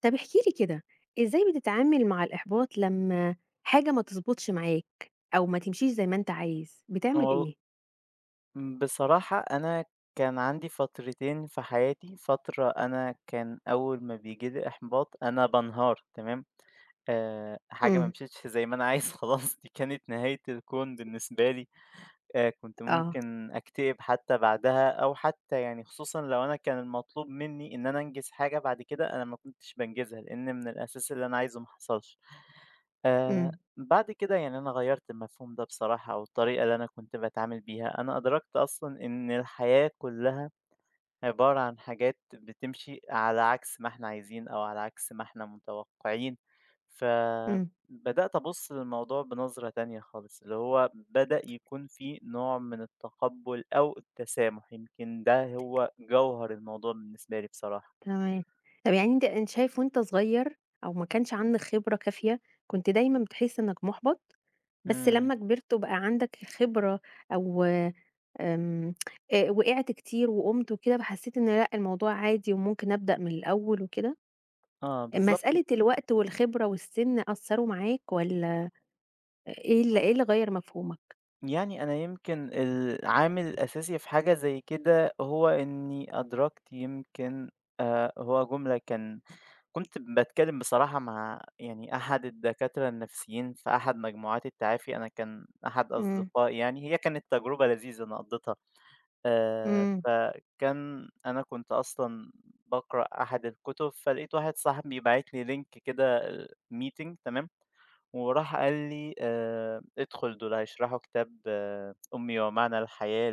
طب احكِ لي كده، إزاي بتتعامل مع الإحباط لمّا حاجة ما تضبطش معاك أو ما تمشيش زي ما أنت عايز، بتعمل وال إيه؟ بصراحة أنا كان عندي فترتين في حياتي، فترة أنا كان أول ما بييجي لي إحباط أنا بانهار تمام، حاجة ما إمم. مشيتش زي ما أنا عايز خلاص دي كانت نهاية الكون بالنسبة لي. كنت آه. ممكن أكتئب حتى بعدها أو حتى يعني خصوصًا لو أنا كان المطلوب منّي إن أنا أنجز حاجة بعد كده، أنا ما كنتش بانجزها، لإن من الأساس اللي أنا عايزه ما حصلش. آآ إمم. بعد كده يعني أنا غيّرت المفهوم ده بصراحة أو الطريقة اللي أنا كنت باتعامل بيها، أنا أدركت أصلًا إن الحياة كُلّها عبارة عن حاجات بتمشي على عكس ما إحنا عايزين أو على عكس ما إحنا متوقعين، إمم. فبدأت أبُص للموضوع بنظرة تانية خالص، اللي هو بدأ يكون في نوع من التقبُّل أو التسامح، يمكن ده هو جوهر الموضوع بالنسبة لي بصراحة. تمام. طب يعني أنت شايف وأنت صغير أو ما كانش عندك خبرة كافية، كنت دايمًا بتحس إنك محبط، بس إمم، لمّا كبرت وبقى عندك خبرة أو آمم، وقعت كتير وقُمت وكده، فحسيت إن لأ، الموضوع عادي وممكن أبدأ من الأول وكده؟ آه بالضبط، مسألة الوقت والخبرة والسِن أثّروا معاك والّا إيه اللي غيّر مفهومك؟ يعني أنا يمكن العامل الأساسي في حاجة زي كده هو إني أدركت يمكن هو جملة كنت باتكلم بصراحة مع يعني أحد الدكاترة النفسيين في أحد مجموعات التعافي، أنا كان أحد إمم، أصدقائي يعني، هي كانت تجربة لذيذة أنا قضيتها، إمم، أنا كنت أصلًا باقرأ أحد الكتب، فلقيت واحد صاحبي باعت لي لينك كده meeting تمام، وراح قال لي ادخل دول هيشرحوا كتاب آه، أمي ومعنى الحياة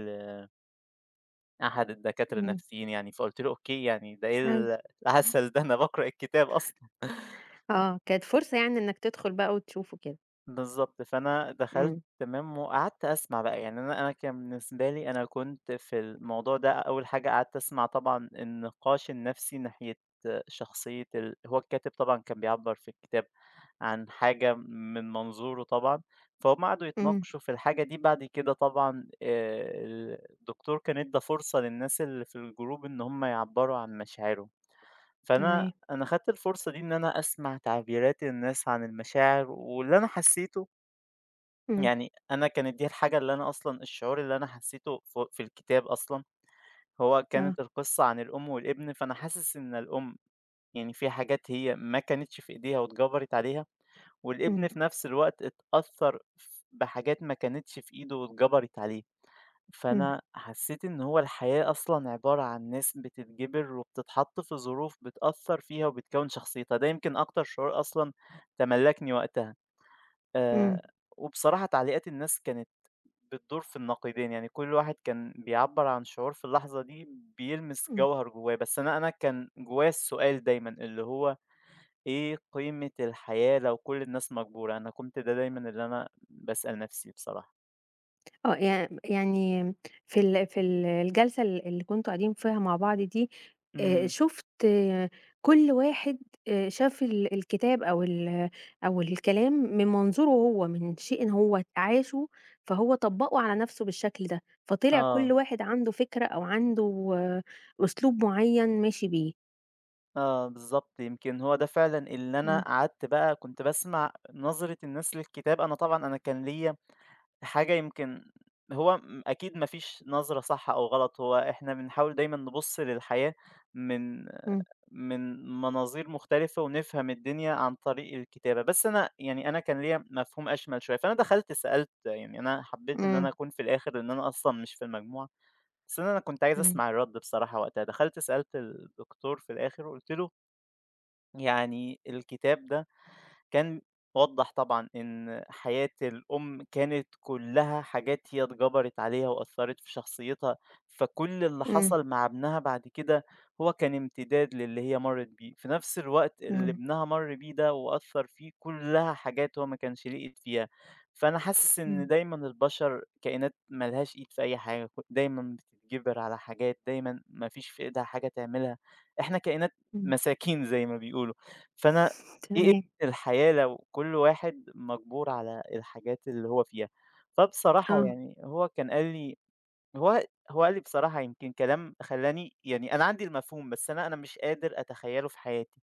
لأحد الدكاترة إمم. النفسيين يعني، فقُلت له أوكي يعني ده إيه حلو. العسل ده أنا باقرأ الكتاب أصلًا. آه، كانت فرصة يعني إنك تدخل بقى وتشوفه كده. بالضبط، فأنا دخلت إمم. تمام، وقعدت أسمع بقى، يعني أنا كان بالنسبة لي أنا كنت في الموضوع ده أول حاجة قعدت أسمع طبعًا النقاش النفسي ناحية شخصية هو الكاتب طبعًا كان بيعبّر في الكتاب عن حاجة من منظوره طبعًا، فهُم قعدوا إمم. يتناقشوا في الحاجة دي، بعد كده طبعًا الدكتور كان ادّى فرصة للناس اللي في الجروب إن هُم يعبّروا عن مشاعرهم، فأنا تمام. أنا خدت الفرصة دي إن أنا أسمع تعبيرات الناس عن المشاعر، واللي أنا حسيته إمم. يعني أنا كانت دي الحاجة اللي أنا أصلًا الشعور اللي أنا حسيته في الكتاب أصلًا، هو آه. كانت القصة عن الأم والابن، فأنا حاسس إن الأم يعني في حاجات هي ما كانتش في إيديها واتجبرت عليها، إمم. والابن في نفس الوقت اتأثّر بحاجات ما كانتش في إيده واتجبرت عليه، إمم. فأنا حسيت إن هو الحياة أصلًا عبارة عن ناس بتتجبر وبتتحط في ظروف بتأثّر فيها وبتكوّن شخصيتها، ده يمكن أكتر شعور أصلًا تملّكني وقتها. آآ، إمم. وبصراحة تعليقات الناس كانت بتدور في النقيضين، يعني كل واحد كان بيعبّر عن شعور في اللحظة دي بيلمس إمم. جوهر جوّاه، بس أنا كان جوّايا السؤال دايمًا اللي هو إيه قيمة الحياة لو كل الناس مجبورة؟ أنا كنت ده دايمًا اللي أنا باسأل نفسي بصراحة. آه، يعني في الجلسة اللي كنتم قاعدين فيها مع بعض دي، إمم، شُفت كل واحد شاف الكتاب أو الكلام من منظوره هو، من شيء هو عاشه، فهو طبّقه على نَفْسه بالشكل ده، فطلع كل آه، واحد عنده فكرة أو عنده أسلوب معيّن ماشي بيه. آه، بالضبط، يمكن هو ده فعلًا اللي أنا إمم. قعدت بقى كنت باسمع نظرة الناس للكتاب، أنا طبعًا أنا كان ليّا حاجة يمكن هو أكيد مفيش نظرة صح أو غلط هو إحنا بنحاول دايما نبص للحياة من إمم. من مناظير مختلفة ونفهم الدنيا عن طريق الكتابة بس أنا يعني أنا كان ليا مفهوم أشمل شوية فأنا دخلت سألت يعني أنا حبيت إن إمم. أنا أكون في الآخر لأن أنا أصلا مش في المجموعة بس أنا كنت عايز تمام. أسمع الرد بصراحة وقتها دخلت سألت الدكتور في الآخر وقلت له يعني الكتاب ده كان وضّح طبعًا إن حياة الأم كانت كلّها حاجات هي اتجبرت عليها وأثّرت في شخصيتها، فكل اللي إمم. حصل مع ابنها بعد كده هو كان امتداد للي هي مرّت بيه، في نفس الوقت اللي إمم. ابنها مَر بيه ده وأثّر فيه كلّها حاجات هو ما كانش ليه إيد فيها، فأنا حاسس إن إمم. دايمًا البشر كائنات ما لهاش إيد في أي حاجة، دايمًا بتتجبر على حاجات، دايمًا ما فيش في إيدها حاجة تعملها، إحنا كائنات إمم. مساكين زي ما بيقولوا، فأنا إيه تمام. الحياة لو كل واحد مجبور على الحاجات اللي هو فيها. فبصراحة إمم. آه. يعني هو هو قال لي بصراحة يمكن كلام خلّاني يعني أنا عندي المفهوم، بس أنا مش قادر أتخيّله في حياتي.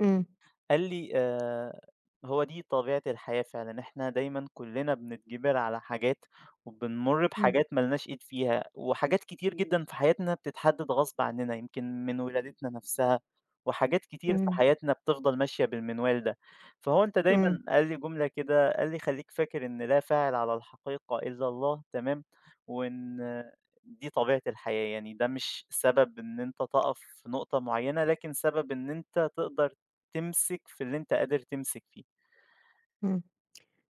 إمم. قال لي: هو دي طبيعة الحياة فعلًا، إحنا دايمًا كُلّنا بنتجبر على حاجات وبنمُر إمم. بحاجات ما لناش إيد فيها، وحاجات كتير جدًا في حياتنا بتتحدد غصب عننا، يمكن من ولادتنا نفسها، وحاجات كتير في إمم. حياتنا بتفضل ماشية بالمنوال ده." فهو أنت دايمًا إمم. قال لي جملة كده، قال لي: "خلّيك فاكر إن لا فاعل على الحقيقة إلا الله." تمام؟ وإن دي طبيعة الحياة، يعني ده مش سبب إن أنت تقف في نقطة معيّنة، لكن سبب إن أنت تقدر تمسك في اللي أنت قادر تمسك فيه. إمم.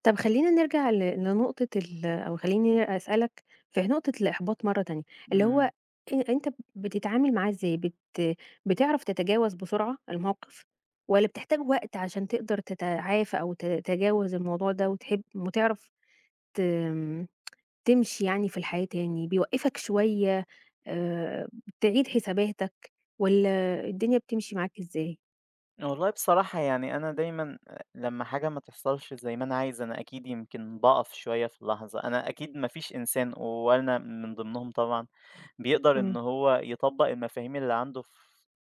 طب خلّينا نرجع لنقطة أو خلّيني أسألك في نقطة الإحباط مرّة تانية، اللي هو إمم. أنت بتتعامل معاه إزاي؟ بتعرف تتجاوز بسرعة الموقف والّا بتحتاج وقت عشان تقدر تتعافى أو تتجاوز الموضوع ده وتحب وتعرف ت تمشي يعني في الحياة تاني، بيوقّفك شوية آآ تعيد حساباتك والّا الدنيا بتمشي معاك إزاي؟ والله بصراحة يعني أنا دايمًا لمّا حاجة ما تحصلش زي ما أنا عايز، أنا أكيد يمكن باقف شوية في اللحظة. أنا أكيد ما فيش إنسان وأنا من ضمنهم طبعًا، بيقدر إن إمم. هو يطبّق المفاهيم اللي عنده في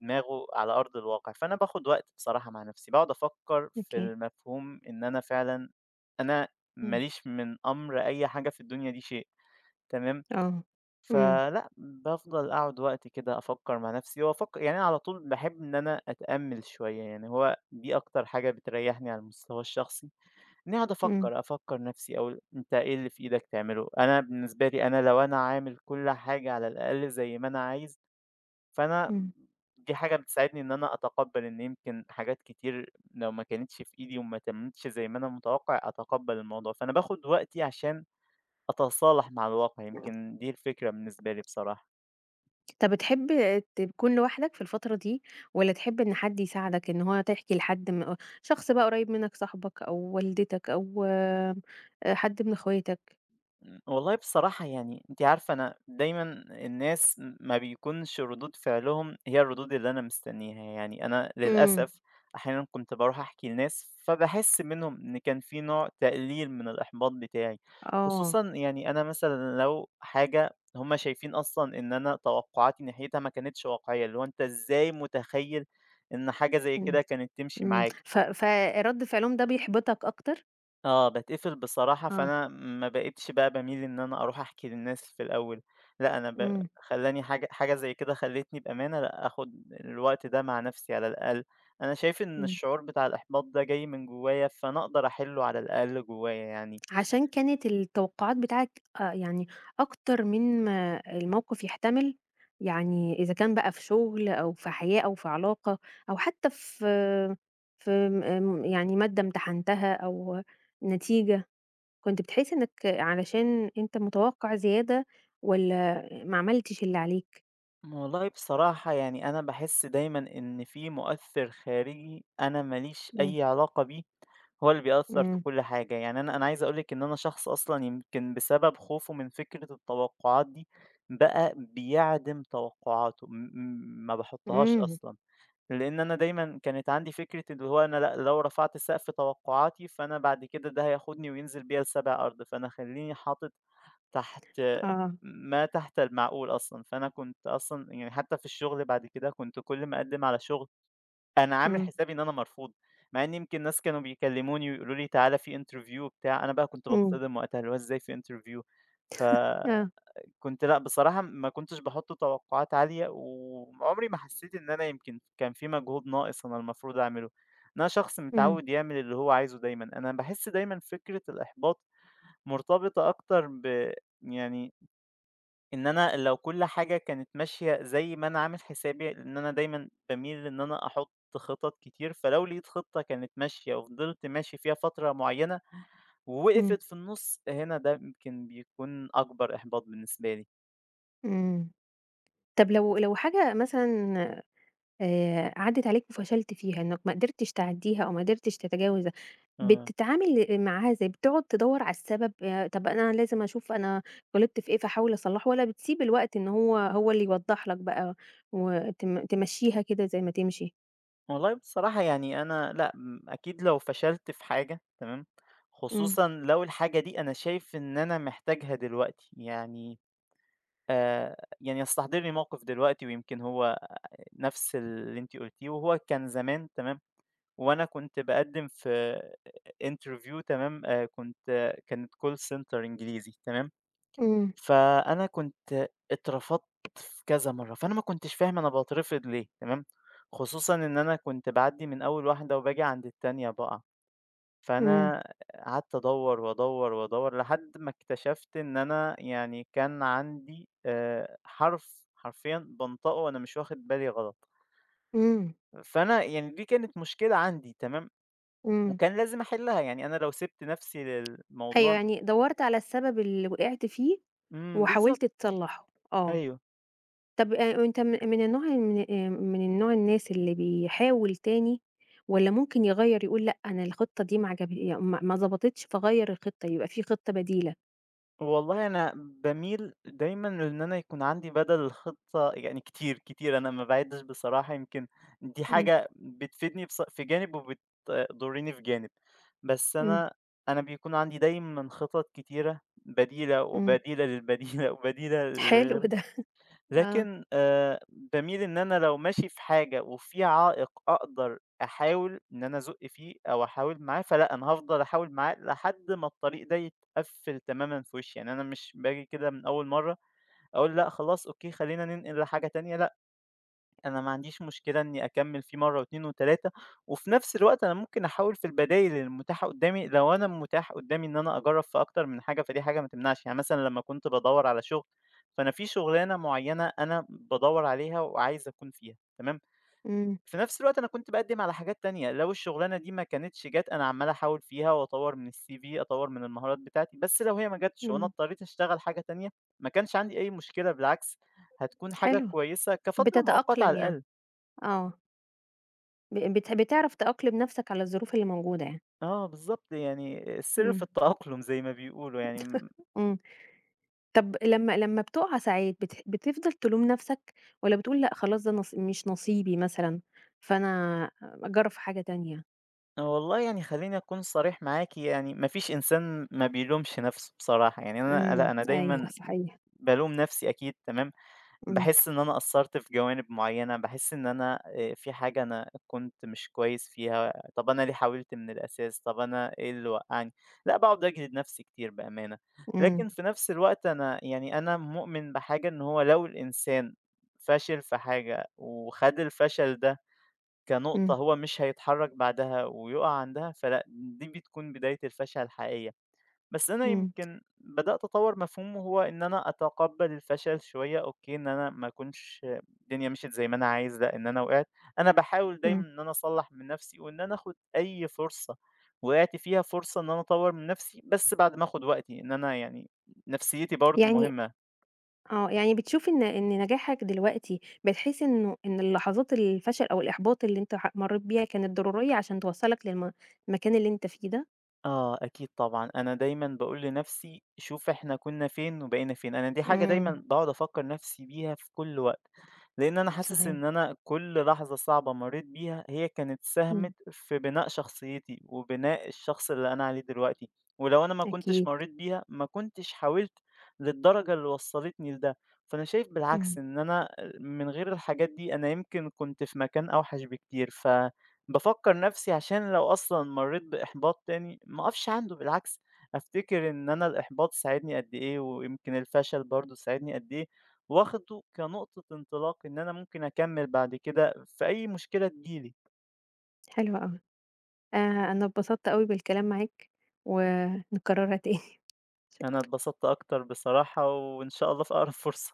دماغه على أرض الواقع، فأنا باخد وقت بصراحة مع نفسي، باقعد أفكّر في أوكي. المفهوم إن أنا فعلًا أنا ما إمم. ليش من أمر أي حاجة في الدنيا دي شيء، تمام؟ آه. إمم. فلأ، بافضل أقعد وقت كده أفكّر مع نَفْسي وأفك يعني أنا على طول باحب إن أنا أتأمِّل شوية، يعني هو دي أكتر حاجة بتريّحني على المستوى الشخصي، إنّي أقعد إمم. أفكّر، أفكّر نَفْسي أقول أنت إيه اللي في إيدك تعمله؟ أنا بالنسبة لي أنا لو أنا عامل كل حاجة على الأقل زي ما أنا عايز، فأنا إمم. دي حاجة بتساعدني إن أنا أتقبّل إن يمكن حاجات كتير لو ما كانتش في إيدي وما تمِّتش زي ما أنا متوقّع، أتقبّل الموضوع، فأنا باخُد وقتي عشان أتصالح مع الواقع، يمكن دي الفكرة بالنسبة لي بصراحة. طب بتحب تكون لوحدك في الفترة دي، والّا تحب إن حد يساعدك، إن هو تحكي لحد م شخص بقى قريب منك، صاحبك أو والدتك أو حد من اخواتك؟ إمم، والله بصراحة يعني أنتِ عارفة أنا دايمًا الناس ما بيكونش ردود فعلهم هي الردود اللي أنا مستنيها، يعني أنا إمم. للأسف أحيانًا كنت باروح أحكي لناس فباحس منهم إن كان في نوع تقليل من الإحباط بتاعي، آه. خصوصًا يعني أنا مثلًا لو حاجة هُم شايفين أصلًا إن أنا توقعاتي ناحيتها ما كانتش واقعية، اللي هو أنت إزاي متخيل إن حاجة زي كده إمم. كانت تمشي إمم، معاك؟ فرد فعلهم ده بيحبطك أكتر؟ آه، باتقفل بصراحة، آه. فأنا ما بقيتش بقى باميل إن أنا أروح أحكي للناس في الأول، لأ أنا إمم. خلّاني حاجة حاجة زي كده خلّتني بأمانة لأ آخُد الوقت ده مع نَفْسي على الأقل، أنا شايف إن إمم. الشعور بتاع الإحباط ده جاي من جوّايا، فأنا أقدر أحِلّه على الأقل جوّايا يعني. عشان كانت التوقعات بتاعتك يعني أكتر من ما الموقف يحتمل، يعني إذا كان بقى في شغل أو في حياة أو في علاقة أو حتى في في م آمم، يعني مادة امتحنتها أو نتيجة، كنت بتحس إنك علشان أنت متوقع زيادة والّا ما عملتش اللي عليك؟ والله بصراحة يعني أنا باحس دايمًا إن في مؤثِّر خارجي أنا ما ليش إمم. أي علاقة بيه، هو اللي بيأثّر في إمم. كل حاجة، يعني أنا عايز أقول لِك إن أنا شخص أصلًا يمكن بسبب خوفه من فكرة التوقعات دي، بقى بيعدم توقعاته، م م ما باحطّهاش إمم. أصلًا، لإن أنا دايمًا كانت عندي فكرة اللي هو أنا لأ، لو رفعت سقف توقعاتي فأنا بعد كده ده هياخدني وينزل بيّا لسابع أرض، فأنا خلّيني حاطط تحت آه. ما تحت المعقول أصلًا، فأنا كنت أصلًا يعني حتى في الشغل بعد كده كنت كل ما أقدّم على شغل أنا عامل إمم. حسابي إن أنا مرفوض، مع إن يمكن ناس كانوا بيكلموني ويقولوا لي تعالَ في interview وبتاع، أنا بقى كنت إمم. باتصدم وقتها اللي هو إزاي في interview آه. فكنت لأ بصراحة ما كنتش باحط توقعات عالية، وعمري ما حسيت إن أنا يمكن كان في مجهود ناقص أنا المفروض أعمله، أنا شخص إمم. متعود يعمل اللي هو عايزه دايمًا، أنا باحس دايمًا فكرة الإحباط مرتبطة أكتر يعني إن أنا لو كل حاجة كانت ماشية زي ما أنا عامل حسابي، لإن أنا دايمًا باميل إن أنا أحُط خطط كتير، فلو لقيت خطة كانت ماشية وفضلت ماشي فيها فترة معيّنة إمم. ووقفت في النُص، هنا ده يمكن بيكون أكبر إحباط بالنسبة لي. إمم. طب لو حاجة مثلًا عدِّت عليك وفشلت فيها، إنك ما قدرتش تعدّيها أو ما قدرتش تتجاوزها، آه. بتتعامل معاها إزاي؟ بتقعد تدوّر على السبب، طَب أنا لازم أشوف أنا غلطت في إيه فاحاول أصلّحه، والّا بتسيب الوقت إن هو هو اللي يوضّح لك بقى وتم تمشّيها كده زي ما تمشي؟ والله بصراحة يعني أنا لأ، أكيد لو فشلت في حاجة تمام، إمم. خصوصًا لو الحاجة دي أنا شايف إن أنا محتاجها دلوقتي، يعني آآ يعني يستحضرني موقِف دلوقتي ويمكن هو نَفْس اللي أنتِ قُلتيه وهو كان زمان تمام، وأنا كنت باقدّم في interview تمام، كنت آه، كانت call center إنجليزي تمام، إمم. فأنا كنت اترفضت في كذا مرّة، فأنا ما كنتش فاهم أنا باترفض ليه تمام، خصوصًا إن أنا كنت باعدّي من أول واحدة وباجي عند التانية باقع، إمم. فأنا قعدت أدوّر وأدوّر وأدوّر لحد ما اكتشفت إن أنا يعني كان عندي حرف حرفيًا بانطقه وأنا مش واخد بالي غلط، إمم. فأنا يعني دي كانت مشكلة عندي تمام، إمم. وكان لازم أحلّها، يعني أنا لو سِبت نَفْسي أيوه، للموضوع يعني دَوّرت على السبب اللي وقعت فيه إمم، بالضبط، وحاولت تصلّحه. آه. أيوه. طب أنت من النوع الناس اللي بيحاول تاني والّا ممكن يغيّر يقول لأ، أنا الخطة دي ما عجب ي ما ما ضبطتش فاغيّر الخطة، يبقى في خطة بديلة؟ والله أنا باميل دايمًا لإن أنا يكون عندي بدَل الخطة يعني كتير، كتير، أنا ما باعِدّش بصراحة يمكن دي إمم. حاجة بتفيدني بص في جانب وبتضُرّني في جانب، بس إمم. أنا بيكون عندي دايمًا خطط كتيرة بديلة، إمم. وبديلة للبديلة، وبديلة حلو لغير ده. آه. لكن باميل إن أنا لو ماشي في حاجة وفي عائق أقدر أحاول إن أنا أزُق فيه أو أحاول معاه، فلأ، أنا هافضل أحاول معاه لحد ما الطريق ده يتقفّل تمامًا في وشّي، يعني أنا مش باجي كده من أول مرّة أقول لأ خلاص أوكي خلّينا ننقل لحاجة تانية لأ. أنا ما عنديش مشكلة إني أكمّل فيه مرّة و2 و3 وفي نفس الوقت أنا ممكن أحاول في البدايل المتاحة قدّامي لو أنا متاح قدّامي إن أنا أجرّب في أكتر من حاجة، فدي حاجة ما تمنعش. يعني مثلًا لمّا كنت بادوّر على شغل، فأنا في شغلانة معيّنة أنا بادوّر عليها وعايز أكون فيها، تمام؟ إمم. في نفس الوقت أنا كنت باقدّم على حاجات تانية، لو الشغلانة دي ما كانتش جات، أنا عمّال أحاول فيها وأطوّر من الCV، أطوّر من المهارات بتاعتي، بس لو هي ما جاتش وأنا إمم. اضطريت أشتغل حاجة تانية، ما كانش عندي أي مشكلة، بالعكس هتكون حاجة حلو. كويسة كفترة مؤقتة بتتأقلم على يعني. الأقل. آه. ب بت بتعرف تأقلم نَفْسك على الظروف اللي موجودة يعني. آه بالضبط، يعني السر في إمم. التأقلم زي ما بيقولوا يعني إمم. طب لمّا بتقع ساعات بتفضل تلوم نَفْسك والّا بتقول لأ خلاص ده مش نصيبي مثلًا، فأنا أجرّب في حاجة تانية؟ آه، والله يعني خلّيني أكون صريح معاكِ يعني ما فيش إنسان ما بيلومش نَفْسه بصراحة، يعني أنا لأ، إمم. أنا أيوه صح. دايمًا صحيح. بالوم نَفْسي أكيد تمام، إمم. باحس إن أنا قصّرت في جوانب معيّنة، باحس إن أنا في حاجة أنا كنت مش كويس فيها، طَب أنا ليه حاولت من الأساس، طَب أنا إيه اللي وقّعني، لأ باقعد أجلد نفسي كتير بأمانة، إمم. لكن في نفس الوقت أنا يعني أنا مؤمن بحاجة إن هو لو الإنسان فشل في حاجة وخَد الفشل ده كنقطة إمم. هو مش هيتحرّك بعدها ويُقع عندها، فلأ دي بتكون بداية الفشل الحقيقية. بس أنا إمم. يمكن بدأت أطوّر مفهوم وهو إن أنا أتقبّل الفشل شوية، أوكي، إن أنا ما أكونش الدنيا مشيت زي ما أنا عايز، لأ، إن أنا وقعت، أنا باحاول دايمًا إمم. إن أنا أصلّح من نَفْسي وإن أنا آخُد أي فرصة وقعت فيها فرصة إن أنا أطوّر من نَفْسي، بس بعد ما آخُد وقتي، إن أنا يعني نفسيّتي برضه يعني مهمة. يعني بتشوفي إن نجاحك دلوقتي بتحسي إن اللحظات الفشل أو الإحباط اللي أنت مرّيت بيها كانت ضرورية عشان توصّلك المكان اللي أنت فيه ده؟ آه، أكيد طبعًا، أنا دايمًا باقول لنَفْسي شوف إحنا كُنّا فين وبقينا فين، أنا دي حاجة إمم. دايمًا باقعُد أفكّر نَفْسي بيها في كل وقت. لأن أنا حاسس صحيح. إن أنا كل لحظة صعبة مرّيت بيها هي كانت ساهمت إمم. في بناء شخصيتي، وبناء الشخص اللي أنا عليه دلوقتي، ولو أنا ما كنتش أكيد. مرّيت بيها ما كنتش حاولت للدرجة اللي وصّلتني لده، فأنا شايف بالعكس إمم. إن أنا من غير الحاجات دي أنا يمكن كنت في مكان أوحش بكتير، فبافكّر نَفْسي عشان لو أصلًا مرّيت بإحباط تاني ما أقفش عنده بالعكس، أفتكر إن أنا الإحباط ساعدني قد إيه، ويمكن الفشل برضه ساعدني قد إيه، واخده كنقطة انطلاق إن أنا ممكن أكمّل بعد كده في أي مشكلة تيجي لي. حلو أوي. آآ أنا اتبسطت أوي بالكلام معاك، ونكررها تاني، أنا شكرًا. اتبسطت أكتر بصراحة وإن شاء الله في أقرب فرصة.